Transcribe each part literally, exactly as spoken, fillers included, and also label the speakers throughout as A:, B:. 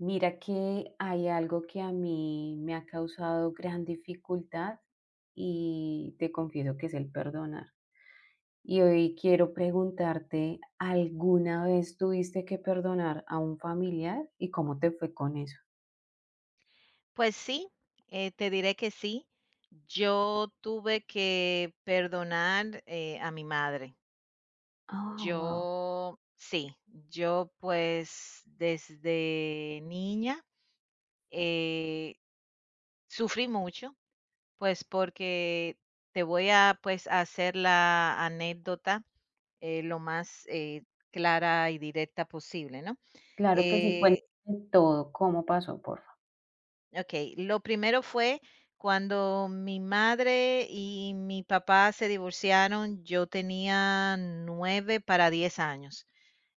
A: Mira que hay algo que a mí me ha causado gran dificultad y te confieso que es el perdonar. Y hoy quiero preguntarte, ¿alguna vez tuviste que perdonar a un familiar y cómo te fue con eso?
B: Pues sí, eh, te diré que sí. Yo tuve que perdonar, eh, a mi madre.
A: Ah, wow.
B: Yo sí, yo, pues, desde niña, eh, sufrí mucho, pues, porque te voy a, pues, hacer la anécdota, eh, lo más, eh, clara y directa posible, ¿no?
A: Claro que sí,
B: Eh
A: cuéntame todo, cómo pasó, por favor.
B: Okey, lo primero fue cuando mi madre y mi papá se divorciaron, yo tenía nueve para diez años.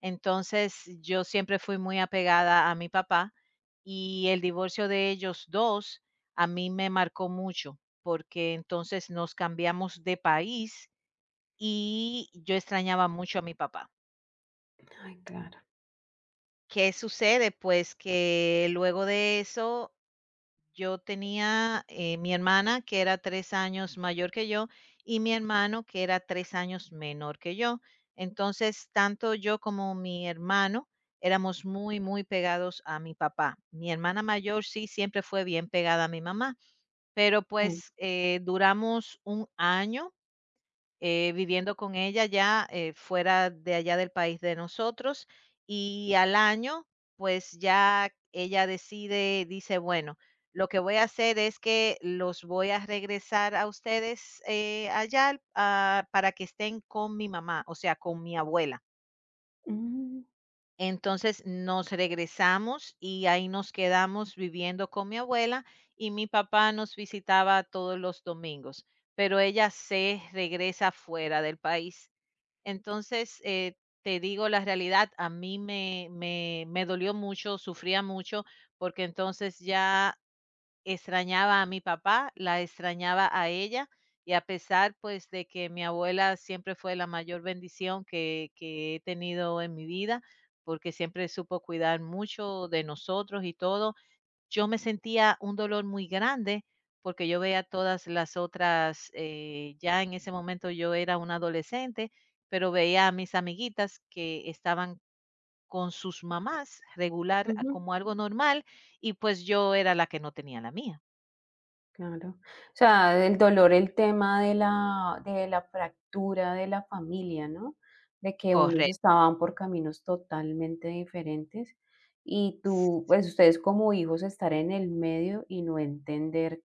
B: Entonces, yo siempre fui muy apegada a mi papá, y el divorcio de ellos dos a mí me marcó mucho, porque entonces nos cambiamos de país, y yo extrañaba mucho a mi papá.
A: Ay, claro.
B: ¿Qué sucede? Pues que luego de eso, yo tenía, eh, mi hermana, que era tres años mayor que yo, y mi hermano, que era tres años menor que yo. Entonces, tanto yo como mi hermano éramos muy, muy pegados a mi papá. Mi hermana mayor sí siempre fue bien pegada a mi mamá, pero,
A: Sí.
B: pues, eh, duramos un año eh, viviendo con ella, ya eh, fuera de allá del país de nosotros. Y al año, pues ya ella decide, dice, bueno, lo que voy a hacer es que los voy a regresar a ustedes, eh, allá al- a- para que estén con mi mamá, o sea, con mi abuela.
A: Mm,
B: Entonces nos regresamos y ahí nos quedamos viviendo con mi abuela, y mi papá nos visitaba todos los domingos, pero ella se regresa fuera del país. Entonces, eh, te digo la realidad, a mí me me me dolió mucho, sufría mucho, porque entonces ya extrañaba a mi papá, la extrañaba a ella, y a pesar, pues, de que mi abuela siempre fue la mayor bendición que que he tenido en mi vida, porque siempre supo cuidar mucho de nosotros y todo, yo me sentía un dolor muy grande. Porque yo veía todas las otras, eh, ya en ese momento yo era una adolescente, pero veía a mis amiguitas que estaban con sus mamás regular, a-
A: ujú.
B: como algo normal. Y pues yo era la que no tenía la mía.
A: Claro. O sea, el dolor, el tema de la, de la fractura de la familia, ¿no? De que unos
B: Correcto,
A: estaban por caminos totalmente diferentes, y tú, pues ustedes como hijos estar en el medio y no entender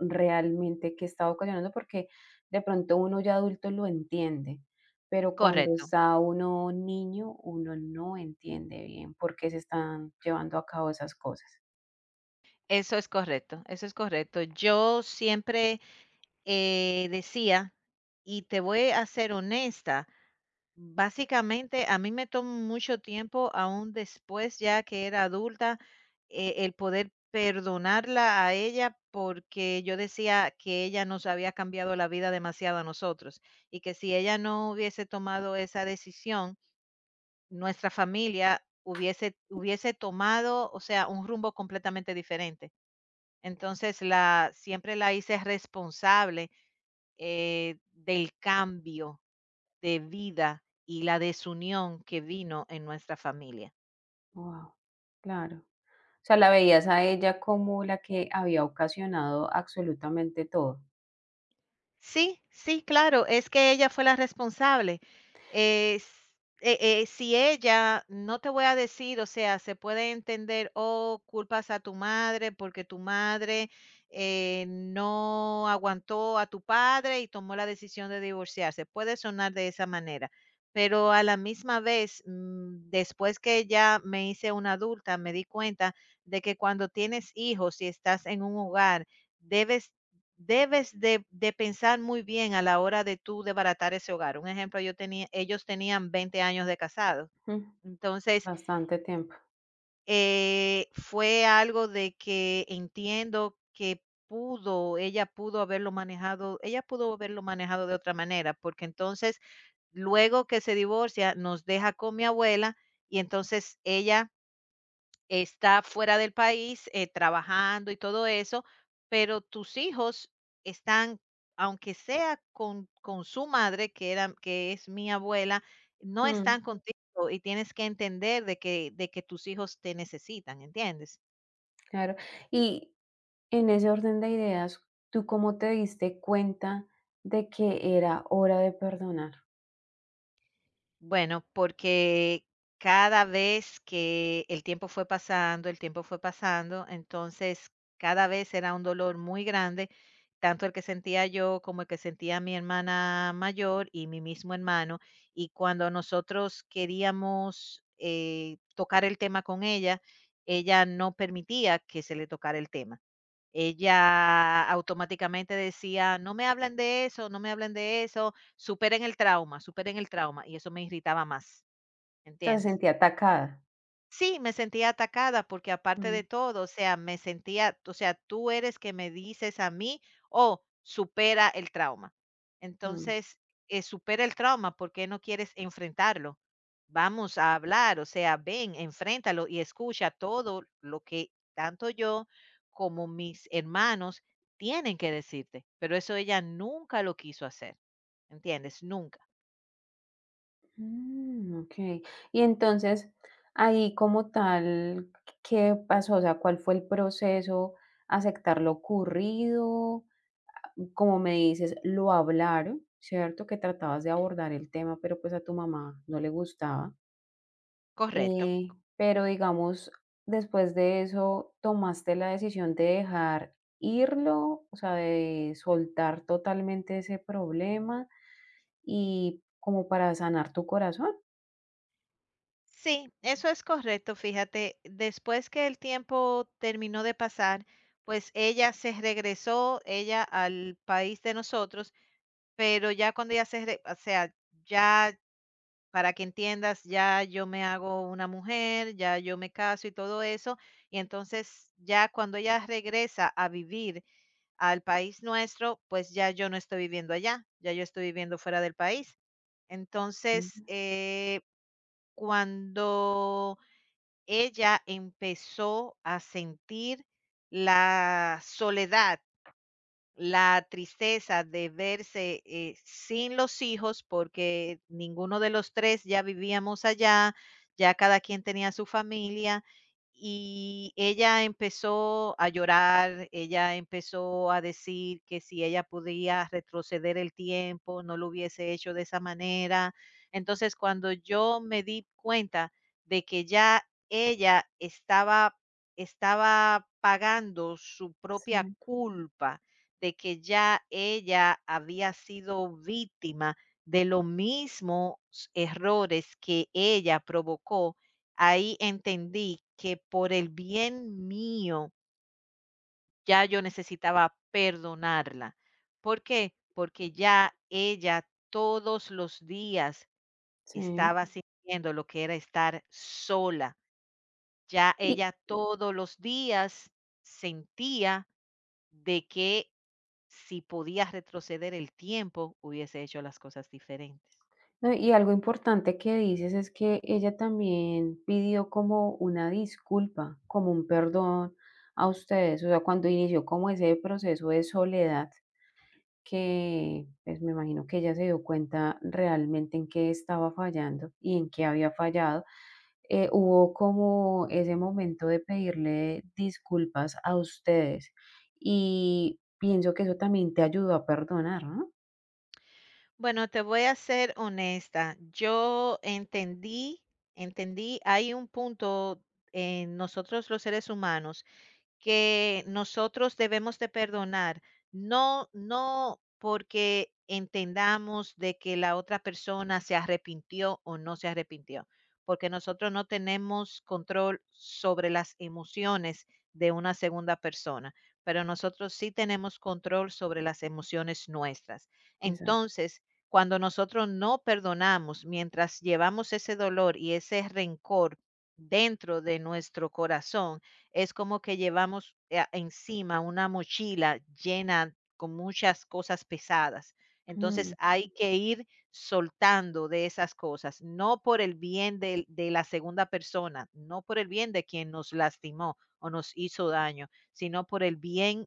A: realmente qué está ocasionando, porque de pronto uno ya adulto lo entiende, pero cuando
B: correcto.
A: está uno niño, uno no entiende bien por qué se están llevando a cabo esas cosas.
B: Eso es correcto, eso es correcto. Yo siempre eh, decía, y te voy a ser honesta, básicamente, a mí me tomó mucho tiempo, aún después ya que era adulta, eh, el poder perdonarla a ella, porque yo decía que ella nos había cambiado la vida demasiado a nosotros, y que si ella no hubiese tomado esa decisión, nuestra familia hubiese, hubiese tomado, o sea, un rumbo completamente diferente. Entonces, la, siempre la hice responsable, eh, del cambio de vida y la desunión que vino en nuestra familia.
A: Wow, claro. O sea, la veías a ella como la que había ocasionado absolutamente todo.
B: Sí, sí, claro, es que ella fue la responsable. Es eh, eh, si ella, no te voy a decir, o sea, se puede entender, oh, culpas a tu madre porque tu madre eh, no aguantó a tu padre y tomó la decisión de divorciarse. Puede sonar de esa manera, pero a la misma vez, mm, después que ya me hice una adulta, me di cuenta de que cuando tienes hijos y estás en un hogar, debes Debes de de pensar muy bien a la hora de tú de ese hogar. Un ejemplo, yo tenía ellos tenían veinte años de casados.
A: Mm,
B: Entonces,
A: bastante tiempo.
B: eh, fue algo de que entiendo que pudo ella pudo haberlo manejado ella pudo haberlo manejado de otra manera, porque entonces, luego que se divorcia, nos deja con mi abuela. Y entonces ella está fuera del país, eh, trabajando y todo eso, pero tus hijos están, aunque sea con con su madre, que era que es mi abuela, no
A: Mm,
B: están contigo, y tienes que entender de que de que tus hijos te necesitan, ¿entiendes?
A: claro. Y en ese orden de ideas, ¿tú cómo te diste cuenta de que era hora de perdonar?
B: Bueno, porque cada vez que el tiempo fue pasando, el tiempo fue pasando, entonces cada vez era un dolor muy grande, tanto el que sentía yo como el que sentía mi hermana mayor y mi mismo hermano. Y cuando nosotros queríamos eh, tocar el tema con ella, ella no permitía que se le tocara el tema. Ella automáticamente decía: "No me hablen de eso, no me hablen de eso, superen el trauma, superen el trauma", y eso me irritaba más,
A: O sea, ¿se
B: ¿entiendes?
A: sentía atacada?
B: Sí, me sentía atacada porque aparte de
A: Mm,
B: todo, o sea, me sentía, o sea, tú eres que me dices a mí, oh, supera el trauma.
A: mm.
B: Entonces, eh, supera el trauma, ¿por qué no quieres enfrentarlo? Vamos a hablar, o sea, ven, enfréntalo y escucha todo lo que tanto yo como mis hermanos tienen que decirte. Pero eso ella nunca lo quiso hacer, ¿entiendes? Nunca.
A: Mm, okey. Y entonces, ahí como tal, ¿qué pasó? O sea, ¿cuál fue el proceso? ¿Aceptar lo ocurrido? Como me dices, lo hablaron, ¿cierto? Que tratabas de abordar el tema, pero pues a tu mamá no le gustaba.
B: Correcto.
A: Eh, pero digamos, después de eso, ¿tomaste la decisión de dejar irlo? O sea, de soltar totalmente ese problema y como para sanar tu corazón.
B: Sí, eso es correcto, fíjate. Después que el tiempo terminó de pasar, pues ella se regresó, ella al país de nosotros. Pero ya cuando ella se, re- o sea, ya para que entiendas, ya yo me hago una mujer, ya yo me caso y todo eso, y entonces ya cuando ella regresa a vivir al país nuestro, pues ya yo no estoy viviendo allá, ya yo estoy viviendo fuera del país.
A: Ujú.
B: Entonces, eh, cuando ella empezó a sentir la soledad, la tristeza de verse, eh, sin los hijos, porque ninguno de los tres ya vivíamos allá, ya cada quien tenía su familia, y ella empezó a llorar, ella empezó a decir que si ella podía retroceder el tiempo, no lo hubiese hecho de esa manera. Entonces, cuando yo me di cuenta de que ya ella estaba estaba pagando su propia
A: Sí,
B: culpa, de que ya ella había sido víctima de los mismos errores que ella provocó, ahí entendí que por el bien mío ya yo necesitaba perdonarla. ¿Por qué? Porque ya ella todos los días
A: sí.
B: estaba sintiendo lo que era estar sola, ya ella todos los días sentía de que si podía retroceder el tiempo, hubiese hecho las cosas diferentes.
A: No, y algo importante que dices es que ella también pidió como una disculpa, como un perdón a ustedes, o sea, cuando inició como ese proceso de soledad que, pues me imagino que ella se dio cuenta realmente en qué estaba fallando y en qué había fallado, eh, hubo como ese momento de pedirle disculpas a ustedes y pienso que eso también te ayudó a perdonar, ¿no?
B: Bueno, te voy a ser honesta. Yo entendí, entendí, hay un punto en nosotros los seres humanos que nosotros debemos de perdonar, no no porque entendamos de que la otra persona se arrepintió o no se arrepintió, porque nosotros no tenemos control sobre las emociones de una segunda persona, pero nosotros sí tenemos control sobre las emociones nuestras.
A: Exacto,
B: Entonces, cuando nosotros no perdonamos, mientras llevamos ese dolor y ese rencor dentro de nuestro corazón, es como que llevamos eh, encima una mochila llena con muchas cosas pesadas. Entonces
A: mm,
B: hay que ir soltando de esas cosas, no por el bien del- de, la segunda persona, no por el bien de quien nos lastimó o nos hizo daño, sino por el bien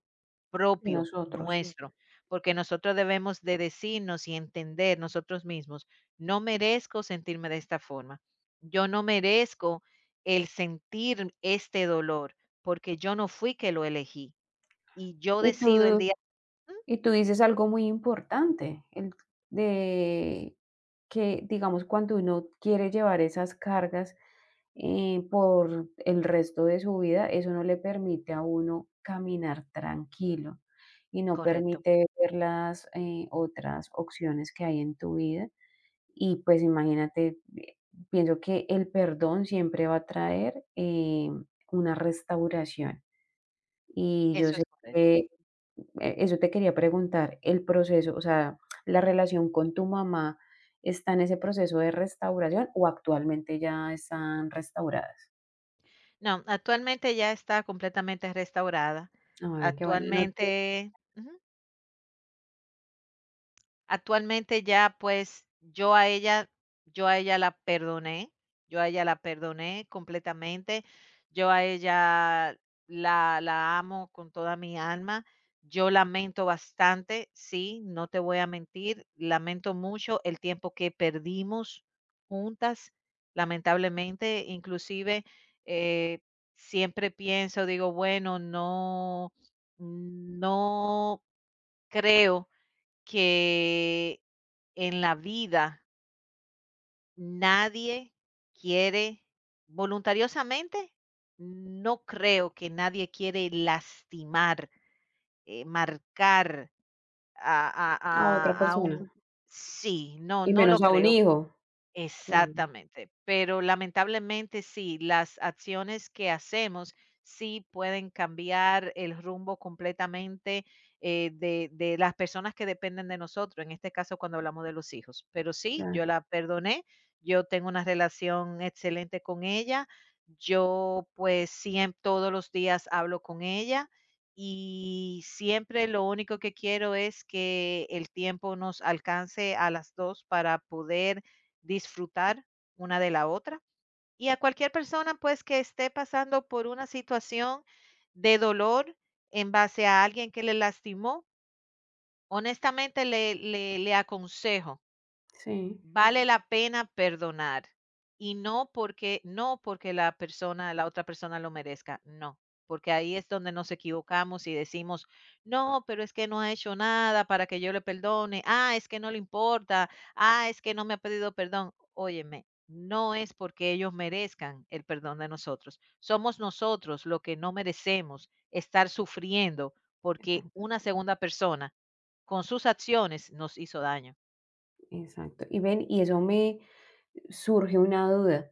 A: de
B: propio Ujú.
A: nosotros.
B: Nuestro, porque nosotros debemos de decirnos y entender nosotros mismos, no merezco sentirme de esta forma, yo no merezco el sentir este dolor porque yo no fui que lo elegí, y yo
A: Y
B: decido el
A: tú
B: día mm,
A: Y tú dices algo muy importante, el de que, digamos, cuando uno quiere llevar esas cargas, eh, por el resto de su vida, eso no le permite a uno caminar tranquilo y no
B: correcto,
A: permite ver las, eh, otras opciones que hay en tu vida. Y, pues, imagínate, eh, pienso que el perdón siempre va a traer, eh, una restauración. Y yo
B: eso
A: sé
B: es
A: que
B: correcto.
A: e eso te quería preguntar, el proceso, o sea, la relación con tu mamá, ¿está en ese proceso de restauración o actualmente ya están restauradas?
B: No, actualmente ya está completamente restaurada.
A: Ay, qué buena noticia.
B: Actualmente, ujú. Actualmente ya, pues, yo a ella yo a ella la perdoné, yo a ella la perdoné completamente, yo a ella la la amo con toda mi alma. Yo lamento bastante, sí, no te voy a mentir, lamento mucho el tiempo que perdimos juntas. Lamentablemente, inclusive, eh, siempre pienso, digo, bueno, no no creo que en la vida nadie quiere voluntariosamente, no creo que nadie quiere lastimar, eh, marcar a a
A: A otra
B: a a
A: persona,
B: un, sí, no,
A: y
B: no lo
A: menos a un
B: creo.
A: hijo. Claro,
B: Exactamente, pero lamentablemente sí, las acciones que hacemos sí pueden cambiar el rumbo completamente, eh, de, de las personas que dependen de nosotros, en este caso cuando hablamos de los hijos. Pero sí, yo
A: claro,
B: la perdoné, yo tengo una relación excelente con ella, yo pues siempre todos los días hablo con ella y siempre lo único que quiero es que el tiempo nos alcance a las dos para poder disfrutar una de la otra. Y a cualquier persona, pues, que esté pasando por una situación de dolor en base a alguien que le lastimó, honestamente le, le, le aconsejo,
A: sí,
B: vale la pena perdonar, y no porque no porque la persona la otra persona lo merezca, no, porque ahí es donde nos equivocamos y decimos: "No, pero es que no ha hecho nada para que yo le perdone. Ah, es que no le importa. Ah, es que no me ha pedido perdón". Óyeme, no es porque ellos merezcan el perdón de nosotros. Somos nosotros los que no merecemos estar sufriendo porque
A: exacto,
B: una segunda persona, con sus acciones, nos hizo daño
A: exacto. Y
B: constitucional.
A: ven, y eso me Surge una duda.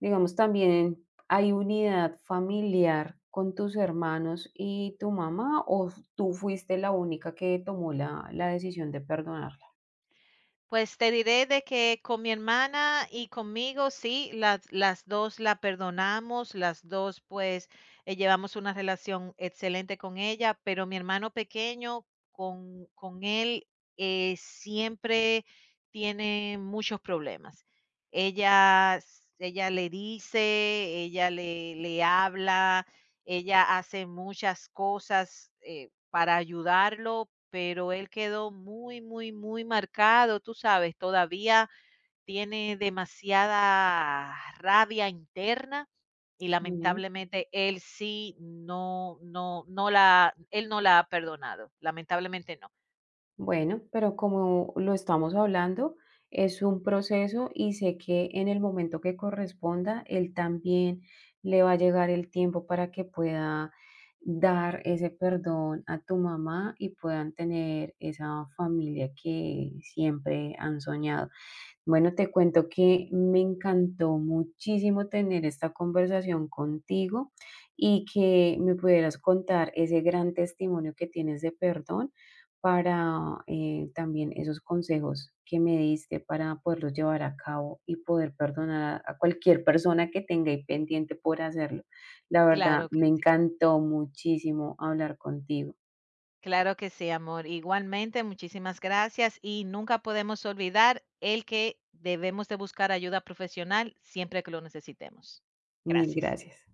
A: Digamos, también hay unidad familiar con tus hermanos y tu mamá, o tú fuiste la única que tomó la, la decisión de perdonarla.
B: Pues te diré de que con mi hermana y conmigo, sí, las, las dos la perdonamos, las dos pues eh, llevamos una relación excelente con ella, pero mi hermano pequeño, con, con él eh, siempre tiene muchos problemas. Ella, s- ella le dice, ella le, le habla, ella hace muchas cosas, eh, para ayudarlo. Pero él quedó muy, muy, muy marcado, tú sabes, todavía tiene demasiada rabia interna, y
A: Sí.
B: lamentablemente él sí no no no la él no la ha perdonado, lamentablemente no.
A: Bueno, pero como lo estamos hablando, es un proceso y sé que en el momento que corresponda, él también le va a llegar el tiempo para que pueda dar ese perdón a tu mamá y puedan tener esa familia que siempre han soñado. Bueno, te cuento que me encantó muchísimo tener esta conversación contigo y que me pudieras contar ese gran testimonio que tienes de perdón para eh, también esos consejos que me diste para poderlos llevar a cabo y poder perdonar a, a cualquier persona que tenga ahí pendiente por hacerlo. La verdad,
B: Claro que
A: me
B: sí,
A: encantó muchísimo hablar contigo.
B: claro que sí, amor. Igualmente, muchísimas gracias y nunca podemos olvidar el que debemos de buscar ayuda profesional siempre que lo necesitemos.
A: Mil
B: Gracias.
A: gracias.